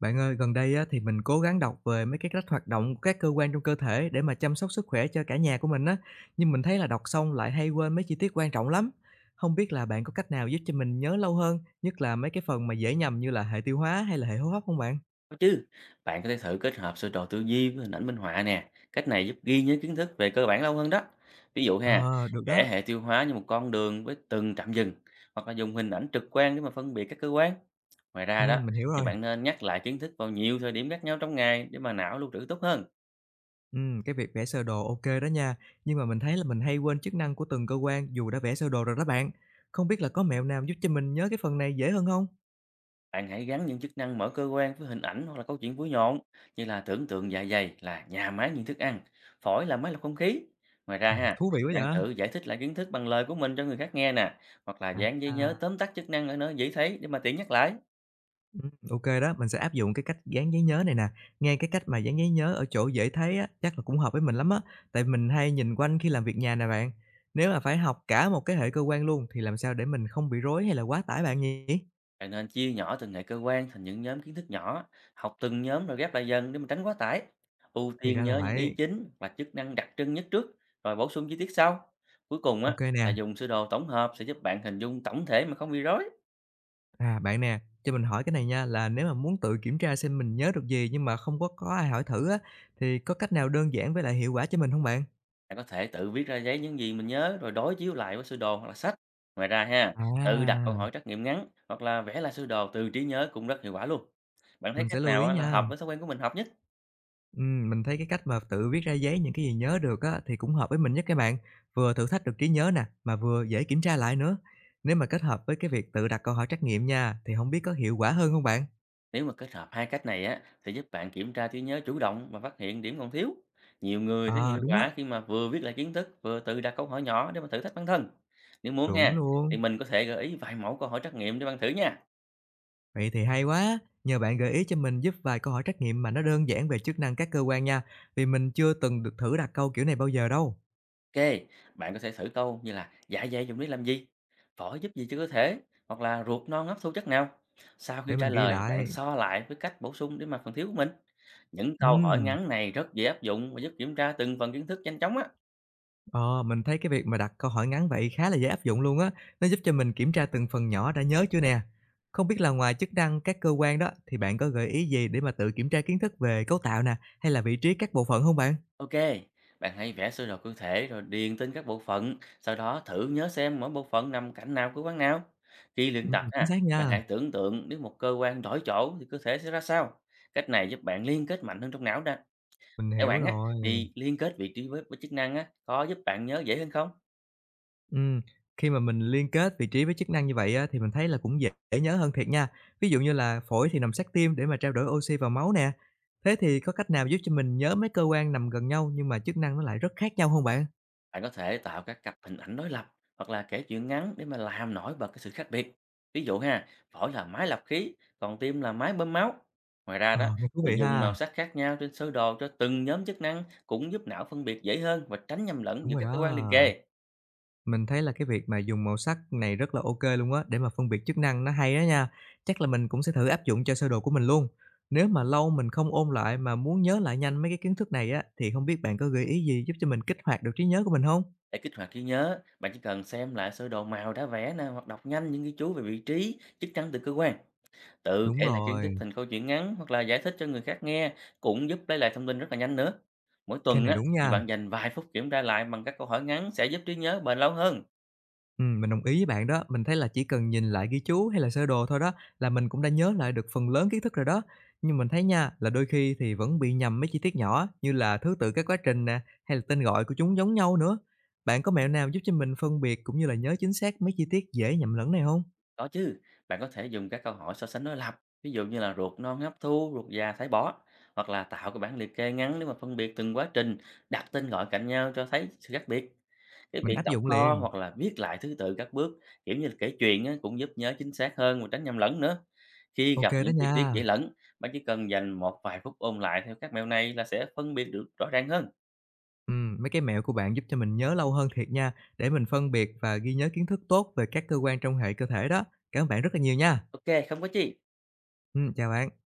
Bạn ơi, gần đây á, thì mình cố gắng đọc về mấy cái cách hoạt động của các cơ quan trong cơ thể để mà chăm sóc sức khỏe cho cả nhà của mình á. Nhưng mình thấy là đọc xong lại hay quên mấy chi tiết quan trọng lắm. Không biết là bạn có cách nào giúp cho mình nhớ lâu hơn, nhất là mấy cái phần mà dễ nhầm như là hệ tiêu hóa hay là hệ hô hấp không bạn? Có chứ, bạn có thể thử kết hợp sơ đồ tư duy với hình ảnh minh họa nè. Cách này giúp ghi nhớ kiến thức về cơ bản lâu hơn đó. Ví dụ ha, Ờ, được vẽ đó. hệ tiêu hóa như một con đường với từng trạm dừng, hoặc là dùng hình ảnh trực quan để mà phân biệt các cơ quan. Ngoài Ừ, ra đó, mình hiểu thì rồi. bạn nên nhắc lại kiến thức vào nhiều thời điểm khác nhau trong ngày để mà não lưu trữ tốt hơn. Ừ, cái việc vẽ sơ đồ ok đó nha. Nhưng mà mình thấy là mình hay quên chức năng của từng cơ quan dù đã vẽ sơ đồ rồi đó bạn. Không biết là có mẹo nào giúp cho mình nhớ cái phần này dễ hơn không? Bạn hãy gắn những chức năng mở cơ quan với hình ảnh hoặc là câu chuyện vui nhộn, như là tưởng tượng dạ dày là nhà máy những thức ăn, phổi là máy lọc không khí. Ngoài ra Ờ, ha, thú vị quá bạn vậy. thử giải thích lại kiến thức bằng lời của mình cho người khác nghe nè, hoặc là dán giấy nhớ À, tóm tắt chức năng ở nơi dễ thấy để mà tiện nhắc lại. Ô đó, mình sẽ áp dụng cái cách dán giấy nhớ này nè. Nghe cái cách mà dán giấy nhớ ở chỗ dễ thấy á, chắc là cũng hợp với mình lắm á, tại mình hay nhìn quanh khi làm việc nhà nè bạn. Nếu mà phải học cả một cái hệ cơ quan luôn thì làm sao để mình không bị rối hay là quá tải bạn nhỉ? Bạn nên chia nhỏ từng hệ cơ quan thành những nhóm kiến thức nhỏ, học từng nhóm rồi ghép lại dần để mà tránh quá tải. Ưu Thì tiên ra là nhớ những ý vậy. chính và chức năng đặc trưng nhất trước, rồi bổ sung chi tiết sau. Cuối cùng á, OK là nè. dùng sơ đồ tổng hợp sẽ giúp bạn hình dung tổng thể mà không bị rối. À, bạn nè, cho mình hỏi cái này nha, là nếu mà muốn tự kiểm tra xem mình nhớ được gì nhưng mà không có ai hỏi thử á, thì có cách nào đơn giản với lại hiệu quả cho mình không bạn? Bạn có thể tự viết ra giấy những gì mình nhớ rồi đối chiếu lại với sơ đồ hoặc là sách. Ngoài ra ha, tự đặt câu À, hỏi trắc nghiệm ngắn hoặc là vẽ lại sơ đồ từ trí nhớ cũng rất hiệu quả luôn. Bạn thấy mình cách sẽ lưu nào ý á là nha. hợp với thói quen của mình hợp nhất? Mình thấy cái cách mà tự viết ra giấy những cái gì nhớ được á, thì cũng hợp với mình nhất các bạn, vừa thử thách được trí nhớ nè, mà vừa dễ kiểm tra lại nữa. Nếu mà kết hợp với cái việc tự đặt câu hỏi trắc nghiệm nha, thì không biết có hiệu quả hơn không bạn? Nếu mà kết hợp hai cách này á thì giúp bạn kiểm tra trí nhớ chủ động và phát hiện điểm còn thiếu. Nhiều người thấy Ờ, hiệu đúng á, quả khi mà vừa viết lại kiến thức vừa tự đặt câu hỏi nhỏ để mà thử thách bản thân. Nếu muốn chuẩn ha, thì luôn. mình có thể gợi ý vài mẫu câu hỏi trắc nghiệm để bạn thử nha. Vậy thì hay quá, nhờ bạn gợi ý cho mình giúp vài câu hỏi trắc nghiệm mà nó đơn giản về chức năng các cơ quan nha, vì mình chưa từng được thử đặt câu kiểu này bao giờ đâu, OK, bạn có thể thử câu như là "Dạ dày dùng để làm gì?", "Phổi giúp gì cho cơ thể?" hoặc là "Ruột non hấp thu chất nào?". Sau khi để trả mình ghi lời, bạn lại. so lại với cách bổ sung để mà phần thiếu của mình. Những câu hỏi Ừm. ngắn này rất dễ áp dụng và giúp kiểm tra từng phần kiến thức nhanh chóng á. Ờ, mình thấy cái việc mà đặt câu hỏi ngắn vậy khá là dễ áp dụng luôn á, nó giúp cho mình kiểm tra từng phần nhỏ đã nhớ chưa nè. Không biết là ngoài chức năng các cơ quan đó thì bạn có gợi ý gì để mà tự kiểm tra kiến thức về cấu tạo nè, hay là vị trí các bộ phận không bạn? OK, bạn hãy vẽ sơ đồ cơ thể rồi điền tên các bộ phận, sau đó thử nhớ xem mỗi bộ phận nằm cạnh nào của quán nào. Khi luyện tập ha, Chính xác bạn nha, hãy tưởng tượng nếu một cơ quan đổi chỗ thì cơ thể sẽ ra sao. Cách này giúp bạn liên kết mạnh hơn trong não đó. mình Theo hiểu bạn á, rồi. thì liên kết vị trí với chức năng á, có giúp bạn nhớ dễ hơn không? Ừm, khi mà mình liên kết vị trí với chức năng như vậy á thì mình thấy là cũng dễ nhớ hơn thiệt nha. Ví dụ như là phổi thì nằm sát tim để mà trao đổi oxy vào máu nè. Thế thì có cách nào giúp cho mình nhớ mấy cơ quan nằm gần nhau nhưng mà chức năng nó lại rất khác nhau không bạn? Bạn có thể tạo các cặp hình ảnh đối lập hoặc là kể chuyện ngắn để mà làm nổi bật cái sự khác biệt. Ví dụ ha, phổi là máy lọc khí, còn tim là máy bơm máu. Ngoài ra Ờ, đó, nghe thú thì vị dùng màu ha. sắc khác nhau trên sơ đồ cho từng nhóm chức năng cũng giúp não phân biệt dễ hơn và tránh nhầm lẫn Đúng giữa rồi các cơ quan liền đó. kề. Mình thấy là cái việc mà dùng màu sắc này rất là ok luôn á, để mà phân biệt chức năng nó hay đó nha. Chắc là mình cũng sẽ thử áp dụng cho sơ đồ của mình luôn. Nếu mà lâu mình không ôn lại mà muốn nhớ lại nhanh mấy cái kiến thức này á, thì không biết bạn có gợi ý gì giúp cho mình kích hoạt được trí nhớ của mình không? Để kích hoạt trí nhớ, bạn chỉ cần xem lại sơ đồ màu đã vẽ nè, hoặc đọc nhanh những ghi chú về vị trí, chức năng từ cơ quan. Tự Đúng kể lại kiến thức rồi, thành câu chuyện ngắn hoặc là giải thích cho người khác nghe cũng giúp lấy lại thông tin rất là nhanh nữa. Mỗi cái tuần này á, đúng thì nha. bạn dành vài phút kiểm tra lại bằng các câu hỏi ngắn sẽ giúp trí nhớ bền lâu hơn. Mình đồng ý với bạn đó. Mình thấy là chỉ cần nhìn lại ghi chú hay là sơ đồ thôi đó là mình cũng đã nhớ lại được phần lớn kiến thức rồi đó. Nhưng mình thấy nha, là đôi khi thì vẫn bị nhầm mấy chi tiết nhỏ như là thứ tự các quá trình nè, hay là tên gọi của chúng giống nhau nữa. Bạn có mẹo nào giúp cho mình phân biệt cũng như là nhớ chính xác mấy chi tiết dễ nhầm lẫn này không? Có chứ, bạn có thể dùng các câu hỏi so sánh đối lập, ví dụ như là ruột non hấp thu, ruột già thải bỏ, hoặc là tạo cái bảng liệt kê ngắn để mà phân biệt từng quá trình, đặt tên gọi cạnh nhau cho thấy sự khác biệt. Cái Mình việc áp đọc dụng to liền. hoặc là viết lại thứ tự các bước, kiểu như là kể chuyện á, cũng giúp nhớ chính xác hơn và tránh nhầm lẫn nữa. Khi gặp OK đó những chi tiết nha. dễ lẫn, bạn chỉ cần dành một vài phút ôn lại theo các mẹo này là sẽ phân biệt được rõ ràng hơn. Mấy cái mẹo của bạn giúp cho mình nhớ lâu hơn thiệt nha, để mình phân biệt và ghi nhớ kiến thức tốt về các cơ quan trong hệ cơ thể đó. Cảm ơn bạn rất là nhiều nha. Ok, không có chi. Chào bạn.